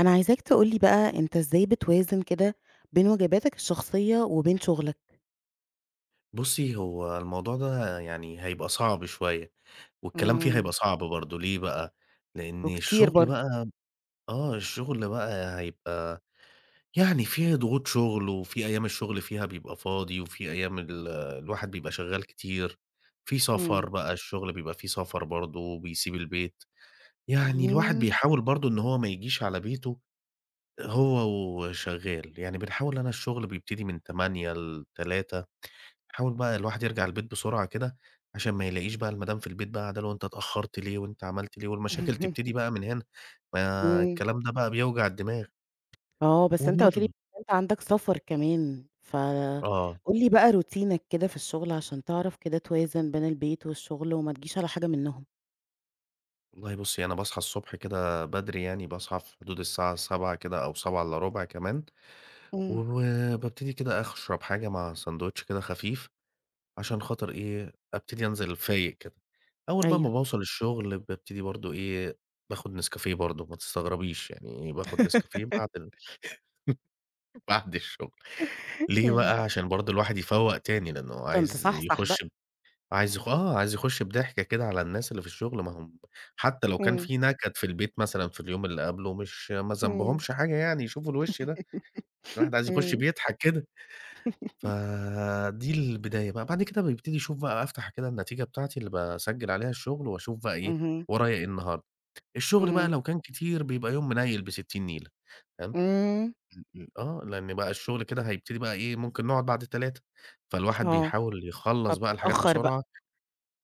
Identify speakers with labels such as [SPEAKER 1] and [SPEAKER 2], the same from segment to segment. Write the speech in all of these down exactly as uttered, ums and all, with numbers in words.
[SPEAKER 1] أنا عايزاك تقول لي بقى أنت إزاي بتوازن كده بين واجباتك الشخصية وبين شغلك؟
[SPEAKER 2] بُصّي، هو الموضوع ده يعني هيبقى صعب شوية، والكلام فيه
[SPEAKER 1] إمم،
[SPEAKER 2] هيبقى صعب برضه، ليه بقى؟ لإن
[SPEAKER 1] وكتير
[SPEAKER 2] الشغل
[SPEAKER 1] برضه،
[SPEAKER 2] بقى آه، الشغل بقى هيبقى يعني فيه ضغوط شغل، وفي أيام الشغل فيها بيبقى فاضي، وفي أيام ال الواحد بيبقى شغّال كتير، في
[SPEAKER 1] إمم،
[SPEAKER 2] سفر بقى، الشغل بيبقى فيه سفر برضه، بيسيب البيت، يعني الواحد
[SPEAKER 1] إمم،
[SPEAKER 2] بيحاول برضه إن هو ما يجيش على بيته هو وشغّال، يعني بنحاول أنا الشغل بيبتدي من ثمانية ل15:00. حاول بقى الواحد يرجع البيت بسرعة كده، عشان ما يلاقيش بقى المدام في البيت بقى قاعدة له أنت اتأخرت ليه وأنت عملت ليه، والمشاكل تبتدي بقى من هنا، ما
[SPEAKER 1] إمم،
[SPEAKER 2] الكلام ده بقى بيوجع الدماغ.
[SPEAKER 1] آه، بس أنت قُلت
[SPEAKER 2] وبرضه
[SPEAKER 1] لي أنت عندك سفر كمان،
[SPEAKER 2] آه،
[SPEAKER 1] فقُل لي بقى روتينك كده في الشغل عشان تعرف كده توازن بين البيت والشغل وما تجيش على حاجة منهم.
[SPEAKER 2] والله بُصّي أنا باصحى الصبح كده بدري يعني، باصحى في حدود الساعة السابعة كده أو سبعة وربع كمان،
[SPEAKER 1] إمم،
[SPEAKER 2] وبابتدي كده أشرب حاجة مع ساندوتش كده خفيف، عشان خاطر إيه، أبتدي أنزل فايق كده. أول بقى
[SPEAKER 1] أيوه.
[SPEAKER 2] ما باوصل الشغل بابتدي برضه إيه، باخد نسكافيه برضه ما تستغربيش، يعني ايه باخد نسكافيه بعد بعد الشغل، ليه
[SPEAKER 1] إمم،
[SPEAKER 2] بقى؟ عشان برضه الواحد يفوّق تاني، لأنه هو
[SPEAKER 1] كنت
[SPEAKER 2] عايز
[SPEAKER 1] صحصح بقى،
[SPEAKER 2] يخُش ب عايز يخ آه، عايز يخُش بضحكة كده على الناس اللي في الشغل، ما هم حتى لو كان
[SPEAKER 1] إمم،
[SPEAKER 2] في نكد في البيت مثلًا في اليوم اللي قبله، مش ما
[SPEAKER 1] إمم،
[SPEAKER 2] ذنبهمش حاجة يعني يشوفوا الوِش ده، الواحد عايز يخُش
[SPEAKER 1] إمم،
[SPEAKER 2] بيضحك كده، فدي البداية بقى، بعد كده بابتدي أشوف بقى أفتح كده النتيجة بتاعتي اللي باسجّل عليها الشغل وأشوف بقى إيه،
[SPEAKER 1] اهم،
[SPEAKER 2] ورايا إيه النهارده، الشغل بقى
[SPEAKER 1] إمم،
[SPEAKER 2] لو كان كتير بيبقى يوم منيّل ب60 نيلة، تمام؟
[SPEAKER 1] إمم،
[SPEAKER 2] إمم، آه، لإن بقى الشغل كده هيبتدي بقى إيه، ممكن نقعد بعد ال15:00. فالواحد
[SPEAKER 1] آه.
[SPEAKER 2] بيحاول يخلّص بقى الحاجات
[SPEAKER 1] فبتتأخّر
[SPEAKER 2] بسرعة،
[SPEAKER 1] بقى،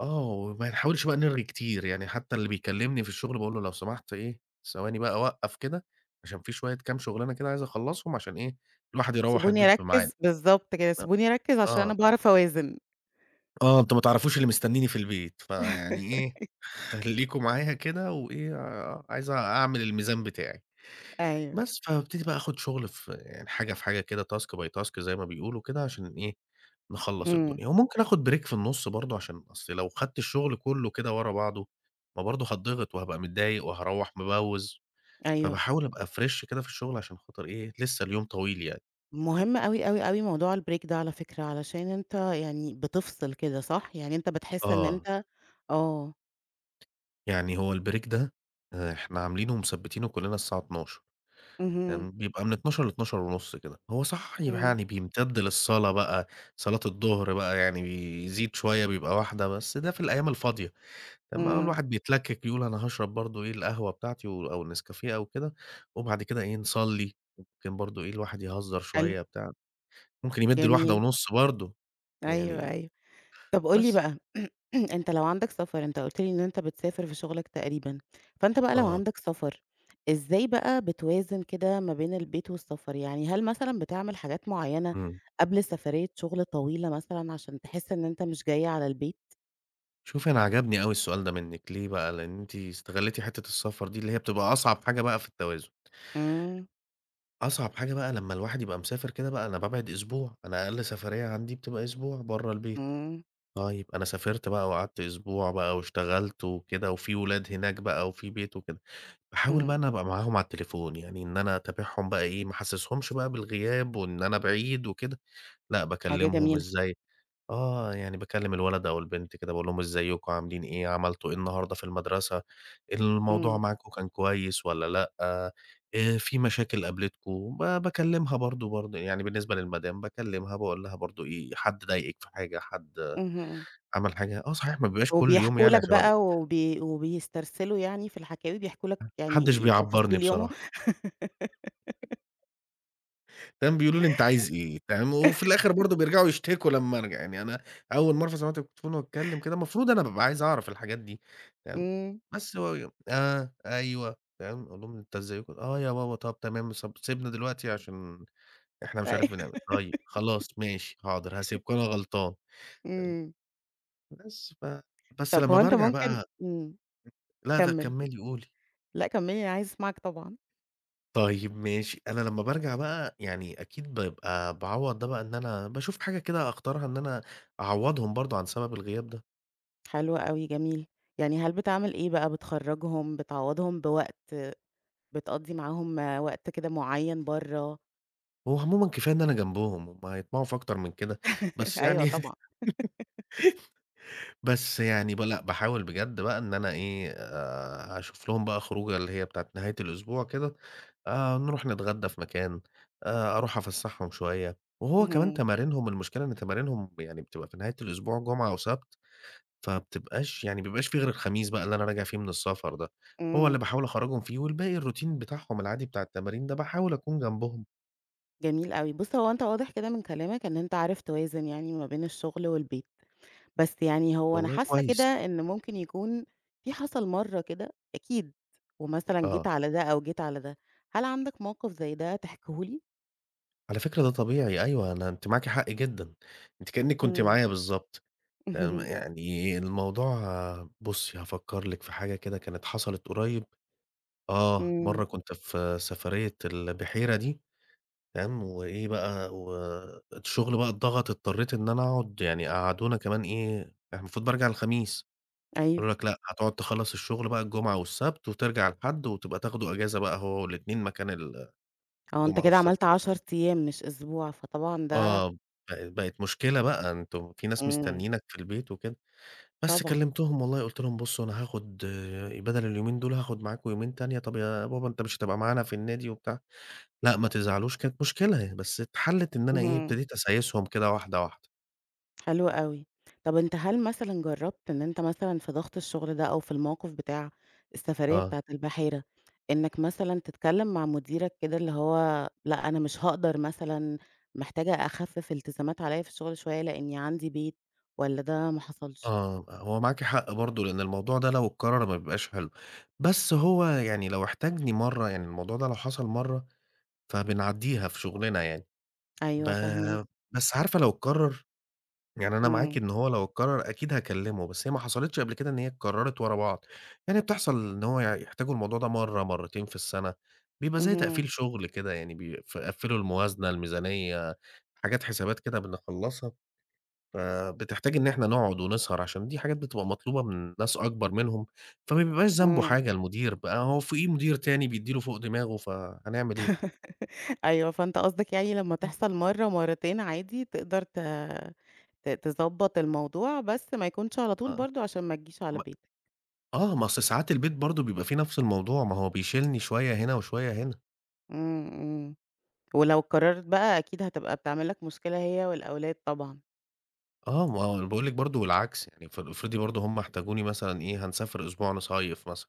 [SPEAKER 2] آه، وما نحاولش بقى نرغي كتير، يعني حتى اللي بيكلمني في الشغل باقول له: "لو سمحت إيه، ثواني بقى أوقّف كده عشان في شوية كام شغلانة كده عايز أخلّصهم عشان إيه، الواحد يروّح
[SPEAKER 1] سيبوني
[SPEAKER 2] البيت بميعاد."
[SPEAKER 1] أركّز بالضبط كده،
[SPEAKER 2] أ
[SPEAKER 1] سيبوني أركّز عشان أنا
[SPEAKER 2] آه،
[SPEAKER 1] باعرف أوازن.
[SPEAKER 2] آه، "أنتم ما تعرفوش اللي مستنيني في البيت، فيعني إيه خلّيكم معايا كده وإيه، آه، عايز أعمل الميزان بتاعي."
[SPEAKER 1] أيوه،
[SPEAKER 2] بس، فابتدي بقى آخُد شغل في يعني حاجة في حاجة كده task by task زي ما بيقولوا كده عشان إيه، نخلّص
[SPEAKER 1] إمم،
[SPEAKER 2] الدنيا. وممكن آخُد break في النُص برضه عشان أصل لو خدت الشغل كُلّه كده ورا بعضه، ما برضه هاتضغط وهابقى متضايق وهاروّح مبوِّز،
[SPEAKER 1] أيوه،
[SPEAKER 2] فباحاول أبقى fresh كده في الشغل عشان خاطر إيه، لسه اليوم طويل يعني.
[SPEAKER 1] مهم أوي، أوي، أوي موضوع الbreak ده على فكرة، علشان أنت يعني بتفصل كده صح؟ يعني أنت بتحس إن
[SPEAKER 2] آه،
[SPEAKER 1] أنت آه،
[SPEAKER 2] يعني هو الbreak ده آآ إحنا عاملينه ومثبّتينه كُلّنا الساعة اتناشر.
[SPEAKER 1] اهم،
[SPEAKER 2] كان بيبقى من اتناشر ل12:ونص كده. هو صح يبقى
[SPEAKER 1] إمم،
[SPEAKER 2] يعني بيمتد للصلاة بقى، صلاة الضهر بقى يعني بيزيد شوية بيبقى الواحدة، بس ده في الأيام الفاضية. لمّا
[SPEAKER 1] إمم،
[SPEAKER 2] الواحد بيتلكك يقول أنا هاشرب برضه إيه القهوة بتاعتي و أو النسكافيه أو كده، وبعد كده إيه نصلي، ممكن برضه إيه الواحد يهزر
[SPEAKER 1] حلو،
[SPEAKER 2] شوية بتاع، ممكن يمد
[SPEAKER 1] جميل،
[SPEAKER 2] ل13:ونص برضه
[SPEAKER 1] أيوه،
[SPEAKER 2] يعني
[SPEAKER 1] أيوه. طب قُل لي
[SPEAKER 2] بس.
[SPEAKER 1] بقى أنت لو عندك سفر، أنت قُلت لي إن أنت بتسافر في شغلك تقريبًا، فأنت بقى لو
[SPEAKER 2] آه،
[SPEAKER 1] عندك سفر، إزاي بقى بتوازن كده ما بين البيت والسفر؟ يعني هل مثلًا بتعمل حاجات معيّنة
[SPEAKER 2] إمم.
[SPEAKER 1] قبل سفرية شغل طويلة مثلًا عشان تحس إن أنت مش جاي على البيت؟
[SPEAKER 2] شوفي أنا عجبني أوي السؤال ده منِّك، ليه بقى؟ لإن أنتِ استغلّيتِ حتّة السفر دي اللي هي بتبقى أصعب حاجة بقى في التوازن.
[SPEAKER 1] إمم،
[SPEAKER 2] أصعب حاجة بقى لمّا الواحد يبقى مسافر كده بقى، أنا بابعد أسبوع، أنا أقل سفرية عندي بتبقى أسبوع برّه البيت.
[SPEAKER 1] إمم،
[SPEAKER 2] طيب أنا سافرت بقى وقعدت أسبوع بقى واشتغلت وكده وفي ولاد هناك بقى وفي بيت وكده، باحاول بقى
[SPEAKER 1] إمم،
[SPEAKER 2] إن أنا أبقى معاهم على التليفون، يعني إن أنا أتابعهم بقى إيه، ما أحسسهمش بقى بالغياب وإن أنا بعيد وكده، لأ
[SPEAKER 1] حاجة
[SPEAKER 2] باكلمهم
[SPEAKER 1] جميلة،
[SPEAKER 2] إزيك آه، يعني باكلّم الولد أو البنت كده باقول لهم إزيكم عاملين إيه، عملتوا إيه النهارده في المدرسة، الموضوع
[SPEAKER 1] إمم،
[SPEAKER 2] معاكم كان كويس والّا لأ، آآ في مشاكل قابلتكم، ب باكلّمها برضه برضه يعني بالنسبة للمدام باكلّمها باقول لها برضه إيه، حد ضايقِك في حاجة، حد
[SPEAKER 1] اهم، إمم،
[SPEAKER 2] عمل حاجة آه صحيح ما بيبقاش كل يوم
[SPEAKER 1] وبيحكوا
[SPEAKER 2] يعني
[SPEAKER 1] لك
[SPEAKER 2] عشان ما ب
[SPEAKER 1] بقى وبي وبيسترسلوا يعني في الحكاوي، بيحكوا لك
[SPEAKER 2] ما
[SPEAKER 1] يعني
[SPEAKER 2] حدش بيعبّرني
[SPEAKER 1] تفاصيل يومهم؟
[SPEAKER 2] بصراحة. تمام، بيقولوا لي: "أنت عايز إيه؟" تمام، وفي الآخر برضه بيرجعوا يشتكوا لمّا أرجع، يعني أنا أول ما أرفع سماعة التليفون وأتكلم كده، المفروض أنا بابقى عايز أعرف الحاجات دي، تمام،
[SPEAKER 1] إمم،
[SPEAKER 2] بس هو ي آه، أيوه، تمام، أقول لهم: "أنت إزيكم؟" "آه يا بابا، طب تمام، طب سيبنا دلوقتي عشان إحنا مش عارف
[SPEAKER 1] أيوه،
[SPEAKER 2] بنعمل." إيه. "طيب خلاص ماشي، حاضر، هاسيبكم أنا غلطان." تمام،
[SPEAKER 1] إمم،
[SPEAKER 2] بس ف بس
[SPEAKER 1] طب هو
[SPEAKER 2] لمّا
[SPEAKER 1] أنت
[SPEAKER 2] بارجع
[SPEAKER 1] ممكن
[SPEAKER 2] بقى
[SPEAKER 1] إمم.
[SPEAKER 2] لأ، لأ
[SPEAKER 1] كمّل،
[SPEAKER 2] كمّلي قولي.
[SPEAKER 1] لأ كمّلي أنا عايزة أسمعِك طبعًا.
[SPEAKER 2] طيب ماشي، أنا لمّا بارجع بقى يعني أكيد بابقى باعوّض ده بقى إن أنا باشوف حاجة كده أختارها إن أنا أعوّضهم برضه عن سبب الغياب ده،
[SPEAKER 1] حلو أوي، جميل. يعني هل بتعمل إيه بقى، بتخرّجهم، بتعوّضهم بوقت، بتقضّي معاهم وقت كده معيّن برّه؟
[SPEAKER 2] هو عمومًا كفاية إن أنا جنبهم، هم هيطمعوا في أكتر من كده، بس
[SPEAKER 1] أيوه
[SPEAKER 2] يعني
[SPEAKER 1] طبعًا.
[SPEAKER 2] بس يعني ب لأ باحاول بجد بقى إن أنا إيه، آآ أشوف لهم بقى خروجة اللي هي بتاعة نهاية الأسبوع كده، آآ نروح نتغدى في مكان، آآ أروح أفسّحهم شوية، وهو كمان
[SPEAKER 1] اهم،
[SPEAKER 2] تمارينهم المشكلة إن تمارينهم يعني بتبقى في نهاية الأسبوع جمعة وسبت. فبتبقاش يعني ما بيبقاش في غير الخميس بقى اللي أنا راجع فيه من السفر ده، هو اللي
[SPEAKER 1] إمم،
[SPEAKER 2] باحاول أخرّجهم فيه والباقي الروتين بتاعهم العادي بتاع التمارين ده باحاول أكون جنبهم.
[SPEAKER 1] جميل أوي. بُص هو أنت واضح كده من كلامك إن أنت عارف توازن يعني ما بين الشغل والبيت. بس يعني هو أنا
[SPEAKER 2] والله
[SPEAKER 1] حاسة كده
[SPEAKER 2] كويس.
[SPEAKER 1] إن ممكن يكون في حصل مرّة كده أكيد، ومثلًا جيت
[SPEAKER 2] آه.
[SPEAKER 1] على ده أو جيت على ده، هل عندك موقف زي ده تحكيه لي؟
[SPEAKER 2] على فكرة ده طبيعي أيوه، أنا أنتِ معاكِ حق جدًا، أنتِ كإنِّك كنتِ
[SPEAKER 1] إمم.
[SPEAKER 2] معايا بالضبط. تم يعني الموضوع بُصّي هافكّر لِك في حاجة كده كانت حصلت قريب. آه، مرّة
[SPEAKER 1] إمم،
[SPEAKER 2] كنت في سفرية البحيرة دي تمام، وإيه بقى، والشغل بقى اتضغط، اضطريت إن أنا أقعد يعني قعدونا كمان إيه، إحنا المفروض بارجع الخميس،
[SPEAKER 1] أيوه،
[SPEAKER 2] قالوا لك لأ، هتقعد تخلّص الشغل بقى الجمعة والسبت وترجع الحد وتبقى تاخدوا إجازة بقى هو والاتنين مكان ال
[SPEAKER 1] آه أنت
[SPEAKER 2] الجمعة
[SPEAKER 1] كده
[SPEAKER 2] والسبت
[SPEAKER 1] عملت
[SPEAKER 2] ده.
[SPEAKER 1] 10 أيام مش أسبوع، فطبعًا ده
[SPEAKER 2] آه، بقت بقت مشكلة بقى، أنتم في ناس
[SPEAKER 1] إمم،
[SPEAKER 2] مستنيينك في البيت وكده، بس
[SPEAKER 1] طبعًا.
[SPEAKER 2] كلمتهم والله قُلت لهم: "بُصّوا أنا هاخد آه، بدل اليومين دول هاخد معاكم يومين تانية." "طب يا بابا أنت مش هتبقى معانا في النادي وبتاع؟" "لأ، ما تزعلوش." كانت مشكلة يعني، بس اتحلّت إن أنا إيه،
[SPEAKER 1] اهم.
[SPEAKER 2] ابتديت أسايسهم كده واحدة، واحدة.
[SPEAKER 1] حلو أوي. طب أنت هل مثلًا جرّبت إن أنت مثلًا في ضغط الشغل ده أو في الموقف بتاع السفرية
[SPEAKER 2] آه،
[SPEAKER 1] بتاعة البحيرة، إنّك مثلًا تتكلّم مع مديرك كده اللي هو لأ، أنا مش هاقدر مثلًا محتاجة أخفِّف التزامات عليّا في الشغل شوية لإنّي عندي بيت والّا ده ما حصلش؟
[SPEAKER 2] آه، هو معاكِ حق برضه، لإن الموضوع ده لو اتكرر ما بيبقاش حلو، بس هو يعني لو احتاجني مرّة يعني الموضوع ده لو حصل مرّة، فبنعدّيها في شغلنا يعني، ب
[SPEAKER 1] أيوه فاهماك.
[SPEAKER 2] بس عارفة لو اتكرر، يعني أنا معاكِ
[SPEAKER 1] إمم.
[SPEAKER 2] إن هو لو اتكرر أكيد هاكلمه، بس هي ما حصلتش قبل كده إن هي اتكررت ورا بعض، يعني بتحصل إن هو ي يحتاجوا الموضوع ده مرّة، مرّتين في السنة، بيبقى زي
[SPEAKER 1] اهم.
[SPEAKER 2] تقفيل شغل كده يعني بيقف يقفّلوا الموازنة، الميزانية، حاجات حسابات كده بنخلّصها. فبتحتاج إن إحنا نقعد ونسهر عشان دي حاجات بتبقى مطلوبة من ناس أكبر منهم، فما بيبقاش ذنبه
[SPEAKER 1] إمم.
[SPEAKER 2] حاجة المدير بقى هو فوقيه مدير تاني بيدّي له فوق دماغه فهنعمل إيه؟
[SPEAKER 1] أيوه، فأنت قصدك يعني لمّا
[SPEAKER 2] إمم،
[SPEAKER 1] تحصل مرّة، مرّتين عادي تقدر ت ت تضبّط الموضوع، بس ما يكونش على طول
[SPEAKER 2] آه، إمم.
[SPEAKER 1] برضه عشان ما تجيش على
[SPEAKER 2] ما
[SPEAKER 1] بيتك.
[SPEAKER 2] آه، ما أصل ساعات البيت برضه بيبقى فيه نفس الموضوع، ما هو بيشيلني شوية هنا وشوية هنا،
[SPEAKER 1] إمم، إمم. ولو قررت بقى أكيد هتبقى بتعمل لك مشكلة هي والأولاد طبعًا.
[SPEAKER 2] آه، ما هو أنا باقول لِك برضه والعكس يعني ف افرضي برضه هم احتاجوني مثلًا إيه، هنسافر أسبوع نصيّف مثلًا،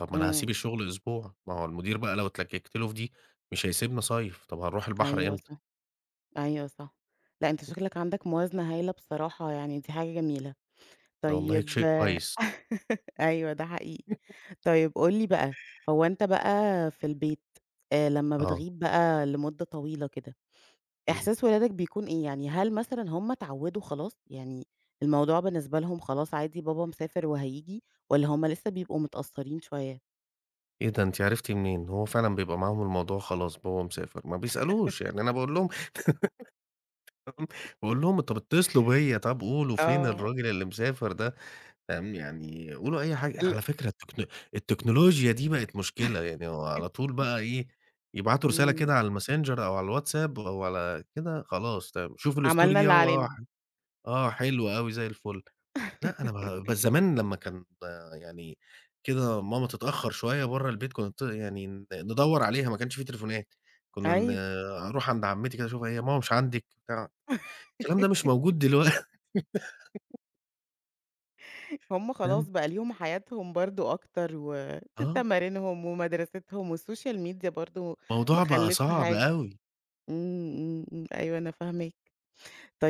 [SPEAKER 2] طب ما أنا هاسيب
[SPEAKER 1] إمم.
[SPEAKER 2] الشغل أسبوع، ما هو المدير بقى لو اتلككت له في دي مش هيسيبني أصيّف، طب هنروح البحر
[SPEAKER 1] أيوه
[SPEAKER 2] إمتى؟
[SPEAKER 1] صح، أيوه صح. لأ، أنت شكلك عندك موازنة هايلة بصراحة يعني دي حاجة جميلة.
[SPEAKER 2] ده والله
[SPEAKER 1] طيب
[SPEAKER 2] شيء كويس،
[SPEAKER 1] أيوه ده حقيقي. طيب قُل لي بقى، هو أنت بقى في البيت آآ لمّا
[SPEAKER 2] آه،
[SPEAKER 1] بتغيب بقى لمدة طويلة كده،
[SPEAKER 2] إمم.
[SPEAKER 1] إحساس ولادك بيكون إيه؟ يعني هل مثلًا هم اتعودوا خلاص؟ يعني الموضوع بالنسبة لهم خلاص عادي بابا مسافر وهييجي والّا هم لسه بيبقوا متأثرين شوية؟
[SPEAKER 2] إيه ده أنتِ عرفتِ منين؟ هو فعلًا بيبقى معاهم الموضوع خلاص بابا مسافر، ما بيسألوش، يعني أنا باقول لهم باقول لهم طَب اتصلوا بيّا، طَب قولوا فين
[SPEAKER 1] آه.
[SPEAKER 2] الراجل اللي مسافر ده، فاهم، يعني قولوا أي حاجة.
[SPEAKER 1] ال
[SPEAKER 2] على فكرة التكن التكنولوجيا دي بقت مشكلة، يعني هو على طول بقى إيه، يبعتوا رسالة
[SPEAKER 1] إمم،
[SPEAKER 2] كده على الماسنجر أو على الواتساب أو على كده، خلاص تمام، شوف الstory
[SPEAKER 1] عملنا
[SPEAKER 2] دي
[SPEAKER 1] اللي
[SPEAKER 2] أهو آه،
[SPEAKER 1] علينا.
[SPEAKER 2] ح- آه حلو أوي زي الفل. لأ، أنا ما بس زمان لمّا كان يعني كده ماما تتأخّر شوية برّه البيت كنت يعني ن ندوّر عليها، ما كانش في تليفونات، كنا ن
[SPEAKER 1] أيوه،
[SPEAKER 2] أروح عند عمتي كده أشوفها هي ماما مش عندِك بتاع، الكلام ده مش موجود دلوقتي
[SPEAKER 1] هُم خلاص
[SPEAKER 2] فاهم،
[SPEAKER 1] بقى ليهم حياتهم برضه أكتر،
[SPEAKER 2] آه،
[SPEAKER 1] وتمارينهم ومدرستهم والسوشيال ميديا برضه ما
[SPEAKER 2] الموضوع بقى
[SPEAKER 1] خلّتش
[SPEAKER 2] صعب
[SPEAKER 1] حاجة.
[SPEAKER 2] أوي،
[SPEAKER 1] إمم، إمم، إمم، أيوه أنا فاهماك.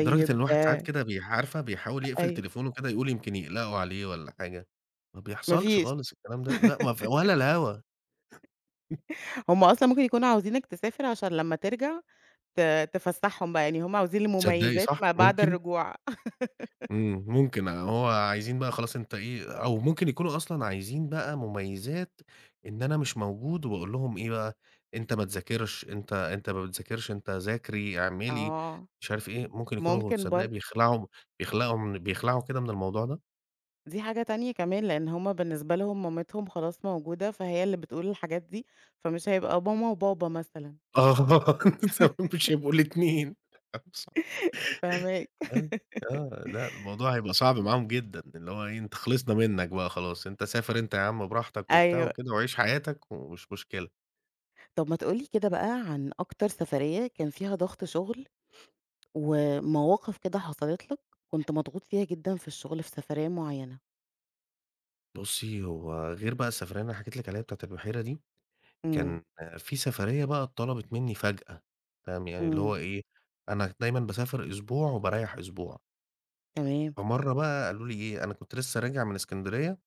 [SPEAKER 2] لدرجة إن الواحد ساعات كده بي عارفة بيحاول يقفل
[SPEAKER 1] أيوه،
[SPEAKER 2] تليفونه كده يقول يمكن يقلقوا عليه والّا حاجة، ما
[SPEAKER 1] ما
[SPEAKER 2] بيحصلش
[SPEAKER 1] فيش،
[SPEAKER 2] خالص الكلام ده، لأ ما ف ولا الهوا،
[SPEAKER 1] هُم أصلًا ممكن يكونوا عاوزينك تسافر عشان لمّا ترجع ت تفسّحهم بقى، يعني هُم عاوزين
[SPEAKER 2] تصدّقي
[SPEAKER 1] المميزات
[SPEAKER 2] صح
[SPEAKER 1] ما بعد
[SPEAKER 2] ممكن.
[SPEAKER 1] الرجوع.
[SPEAKER 2] إمم، ممكن هو عايزين بقى خلاص أنت إيه أو ممكن يكونوا أصلًا عايزين بقى مميزات إن أنا مش موجود، وأقول لهم إيه بقى، أنت ما تذاكرش، أنت أنت ما بتذاكرش، أنت ذاكري، اعملي،
[SPEAKER 1] آه،
[SPEAKER 2] مش عارف إيه، ممكن يكونوا
[SPEAKER 1] ممكن
[SPEAKER 2] تصدّقي
[SPEAKER 1] برضه.
[SPEAKER 2] بيخلعوا بيخلعوا من بيخلعوا كده من الموضوع ده؟
[SPEAKER 1] دي حاجة تانية كمان، لإن هُم بالنسبة لهم مامتهم خلاص موجودة، فهي اللي بتقول الحاجات دي، فمش هيبقى ماما وبابا مثلًا،
[SPEAKER 2] آه، تمام مش هيبقوا الاتنين
[SPEAKER 1] فاهماك.
[SPEAKER 2] آه، آه، لأ الموضوع هيبقى صعب معاهم جدًا، اللي هو إيه أنت خلصنا منك بقى خلاص، أنت سافر أنت يا عم براحتك وبتاع
[SPEAKER 1] أيوه.
[SPEAKER 2] وكده وعيش حياتك ومش مشكلة.
[SPEAKER 1] طب ما تقول لي كده بقى عن أكتر سفرية كان فيها ضغط شغل، ومواقف كده حصلت لك كنت مضغوط فيها جدًا في الشغل في سفرية معينة؟
[SPEAKER 2] بُصّي، هو غير بقى السفرية اللي أنا حكيت لِك عليها بتاعة البحيرة دي،
[SPEAKER 1] إمم،
[SPEAKER 2] كان في سفرية بقى اتطلبت منّي فجأة، فاهم، يعني اللي هو
[SPEAKER 1] إمم.
[SPEAKER 2] إيه، أنا دايمًا باسافر أسبوع وباريّح أسبوع،
[SPEAKER 1] تمام.
[SPEAKER 2] فمرّة بقى قالوا لي إيه، أنا كنت لسه راجع من إسكندرية،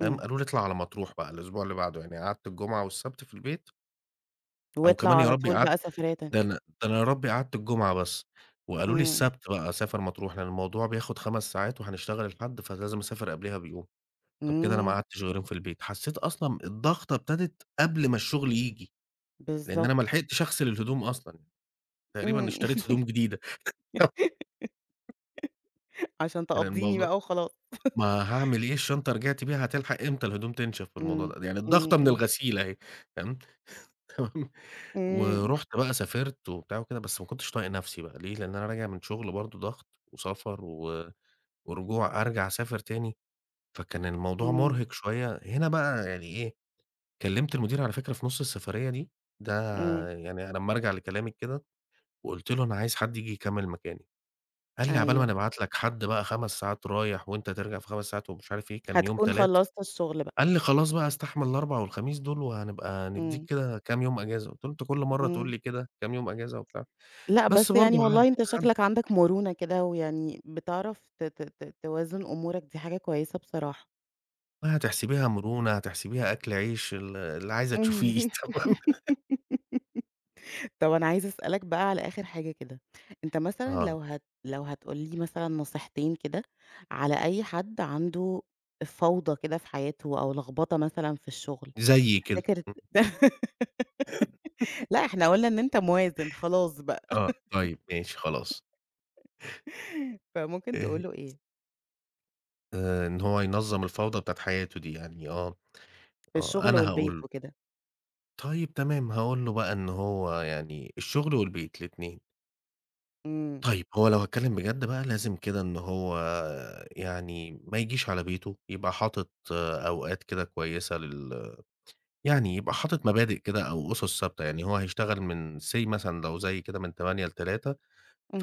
[SPEAKER 2] تمام،
[SPEAKER 1] إمم.
[SPEAKER 2] قالوا لي اطلع على مطروح بقى الأسبوع اللي بعده، يعني قعدت الجمعة والسبت في البيت أو
[SPEAKER 1] واطلع
[SPEAKER 2] كمان يا
[SPEAKER 1] على
[SPEAKER 2] ربي
[SPEAKER 1] طول
[SPEAKER 2] قعدت
[SPEAKER 1] بقى سفرية
[SPEAKER 2] ده
[SPEAKER 1] تانية.
[SPEAKER 2] أنا ده أنا يا ربي قعدت الجمعة بس، وقالوا لي
[SPEAKER 1] إمم،
[SPEAKER 2] السبت بقى سافر مطروح، لأن الموضوع بياخد 5 ساعات وهنشتغل الحد، فلازم أسافر قبلها بيوم. طب كده أنا ما
[SPEAKER 1] إمم،
[SPEAKER 2] قعدتش غيرهم في البيت، حسّيت أصلًا الضغطة ابتدت قبل ما الشغل ييجي، لإن أنا
[SPEAKER 1] بالضبط.
[SPEAKER 2] ما لحقتش أغسل الهدوم أصلًا، تقريبا
[SPEAKER 1] إمم.
[SPEAKER 2] اشتريت هدوم جديدة
[SPEAKER 1] عشان
[SPEAKER 2] كان
[SPEAKER 1] تقضّيني
[SPEAKER 2] الموضوع
[SPEAKER 1] بقى وخلاص.
[SPEAKER 2] ما هاعمل إيه الشنطة رجعت بيها هتلحق إمتى الهدوم تنشف في الموضوع
[SPEAKER 1] إمم،
[SPEAKER 2] ده، يعني
[SPEAKER 1] إمم،
[SPEAKER 2] الضغطة من
[SPEAKER 1] إمم.
[SPEAKER 2] الغسيل أهي تمام، تمام،
[SPEAKER 1] إمم.
[SPEAKER 2] ورُحت بقى سافرت وبتاع وكده، بس ما كنتش طايق نفسي بقى ليه، لإن أنا راجع من شغل برضه ضغط وسفر و ورجوع أرجع أسافر تاني، فكان الموضوع
[SPEAKER 1] إمم.
[SPEAKER 2] مرهق شوية، هنا بقى يعني إيه كلّمت المدير على فكرة في نُص السفرية دي، ده
[SPEAKER 1] إمم،
[SPEAKER 2] يعني أنا لمّا أرجع لكلامِك كده، وقُلت له: "أنا عايز حد ييجي يكمّل مكاني." قال لي: "عقبال ما
[SPEAKER 1] أيوه،
[SPEAKER 2] نبعت لك حد بقى 5 ساعات رايح وأنت ترجع في 5 ساعات." ومش عارف إيه، كان يوم
[SPEAKER 1] هتكون
[SPEAKER 2] تلات،
[SPEAKER 1] خلّصت الشغل بقى،
[SPEAKER 2] قال لي: "خلاص بقى استحمل الأربع والخميس دول وهنبقى ندّيك
[SPEAKER 1] إمم،
[SPEAKER 2] كده كام يوم أجازة." قُلت له: "أنت كل مرّة تقول
[SPEAKER 1] إمم،
[SPEAKER 2] لي كده كام يوم أجازة وبتاع."
[SPEAKER 1] لأ
[SPEAKER 2] بس
[SPEAKER 1] بس يعني
[SPEAKER 2] برضه ه
[SPEAKER 1] والله أنت
[SPEAKER 2] هاعدّي
[SPEAKER 1] شكلك عندك مرونة كده، ويعني بتعرف ت ت ت توازن أمورك، دي حاجة كويسة بصراحة.
[SPEAKER 2] هتحسبيها مرونة، هتحسبيها أكل عيش، ال اللي عايزة تشوفيه تمام،
[SPEAKER 1] طب أنا عايزة أسألك بقى على آخر حاجة كده، أنت مثلًا
[SPEAKER 2] آه،
[SPEAKER 1] لو هت لو هتقول لي مثلًا نصيحتين كده على أي حد عنده فوضى كده في حياته أو لخبطة مثلًا في الشغل،
[SPEAKER 2] زيي كده،
[SPEAKER 1] تفتكر ت
[SPEAKER 2] إمم،
[SPEAKER 1] لأ إحنا قُلنا إن أنت موازن خلاص بقى،
[SPEAKER 2] آه، طيب ماشي خلاص.
[SPEAKER 1] فممكن تقول له إيه؟
[SPEAKER 2] آآ، إن هو ينظّم الفوضى بتاعة حياته دي يعني آه،
[SPEAKER 1] في
[SPEAKER 2] آه،
[SPEAKER 1] الشغل
[SPEAKER 2] أنا
[SPEAKER 1] والبيت
[SPEAKER 2] هاقول له،
[SPEAKER 1] وكده.
[SPEAKER 2] طيب تمام هاقول له بقى إن هو يعني الشغل والبيت الاتنين،
[SPEAKER 1] إمم،
[SPEAKER 2] طيب هو لو هاتكلم بجد بقى لازم كده إن هو يعني ما يجيش على بيته، يبقى حاطط أوقات كده كويسة لل يعني يبقى حاطط مبادئ كده أو أُسس ثابتة، يعني هو هيشتغل من say مثلًا لو زي كده من ثمانية ل15:00.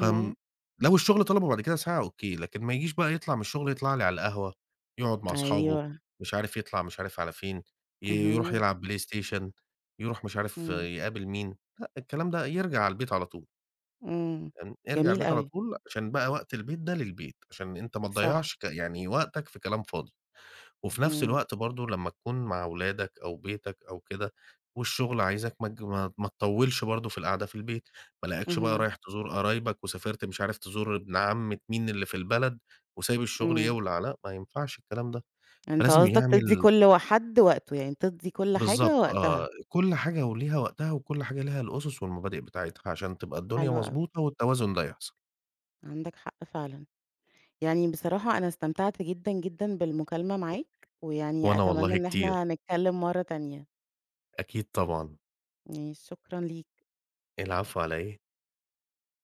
[SPEAKER 2] فآمم لو الشغل طلبه بعد كده ساعة أوكي، لكن ما يجيش بقى يطلع من الشغل يطلع لي على القهوة، يقعد مع أصحابه،
[SPEAKER 1] أيوه،
[SPEAKER 2] مش عارف يطلع مش عارف على فين، ي يروح
[SPEAKER 1] اهم،
[SPEAKER 2] يلعب بلاي ستيشن، يروح مش عارف
[SPEAKER 1] إمم،
[SPEAKER 2] يقابل مين، لأ الكلام ده يرجع على البيت على طول،
[SPEAKER 1] إمم،
[SPEAKER 2] فاهمني، يرجع
[SPEAKER 1] جميل
[SPEAKER 2] البيت على
[SPEAKER 1] أوي،
[SPEAKER 2] طول عشان بقى وقت البيت ده للبيت، عشان أنت ما
[SPEAKER 1] صح،
[SPEAKER 2] تضيّعش ك يعني وقتك في كلام فاضي. وفي نفس
[SPEAKER 1] إمم،
[SPEAKER 2] الوقت برضه لمّا تكون مع ولادك أو بيتك أو كده، والشغل عايزك ما تج ما ما تطوّلش برضه في القعدة في البيت، ما الاقيكش بقى
[SPEAKER 1] اهم،
[SPEAKER 2] رايح تزور قرايبك وسافرت مش عارف تزور ابن عمة مين اللي في البلد، وسايب الشغل
[SPEAKER 1] إمم،
[SPEAKER 2] يولع، لأ ما ينفعش الكلام ده،
[SPEAKER 1] أنت
[SPEAKER 2] فلازم
[SPEAKER 1] قصدك تدّي
[SPEAKER 2] يعمل
[SPEAKER 1] كل و حد وقته، يعني تدّي كل حاجة
[SPEAKER 2] بالضبط
[SPEAKER 1] وقتها،
[SPEAKER 2] آه، كل حاجة وليها وقتها وكل حاجة ليها الأُسس والمبادئ بتاعتها عشان تبقى الدنيا
[SPEAKER 1] حلو أوي،
[SPEAKER 2] مضبوطة والتوازن ده يحصل،
[SPEAKER 1] عندك حق فعلًا، يعني بصراحة أنا استمتعت جدًا، جدًا بالمكالمة
[SPEAKER 2] و
[SPEAKER 1] معاك، ويعني
[SPEAKER 2] وأنا
[SPEAKER 1] أتمنى
[SPEAKER 2] والله
[SPEAKER 1] إن
[SPEAKER 2] كتير،
[SPEAKER 1] إحنا نتكلم مرة تانية،
[SPEAKER 2] أكيد طبعًا،
[SPEAKER 1] يعني شكرًا ليك.
[SPEAKER 2] العفو على إيه.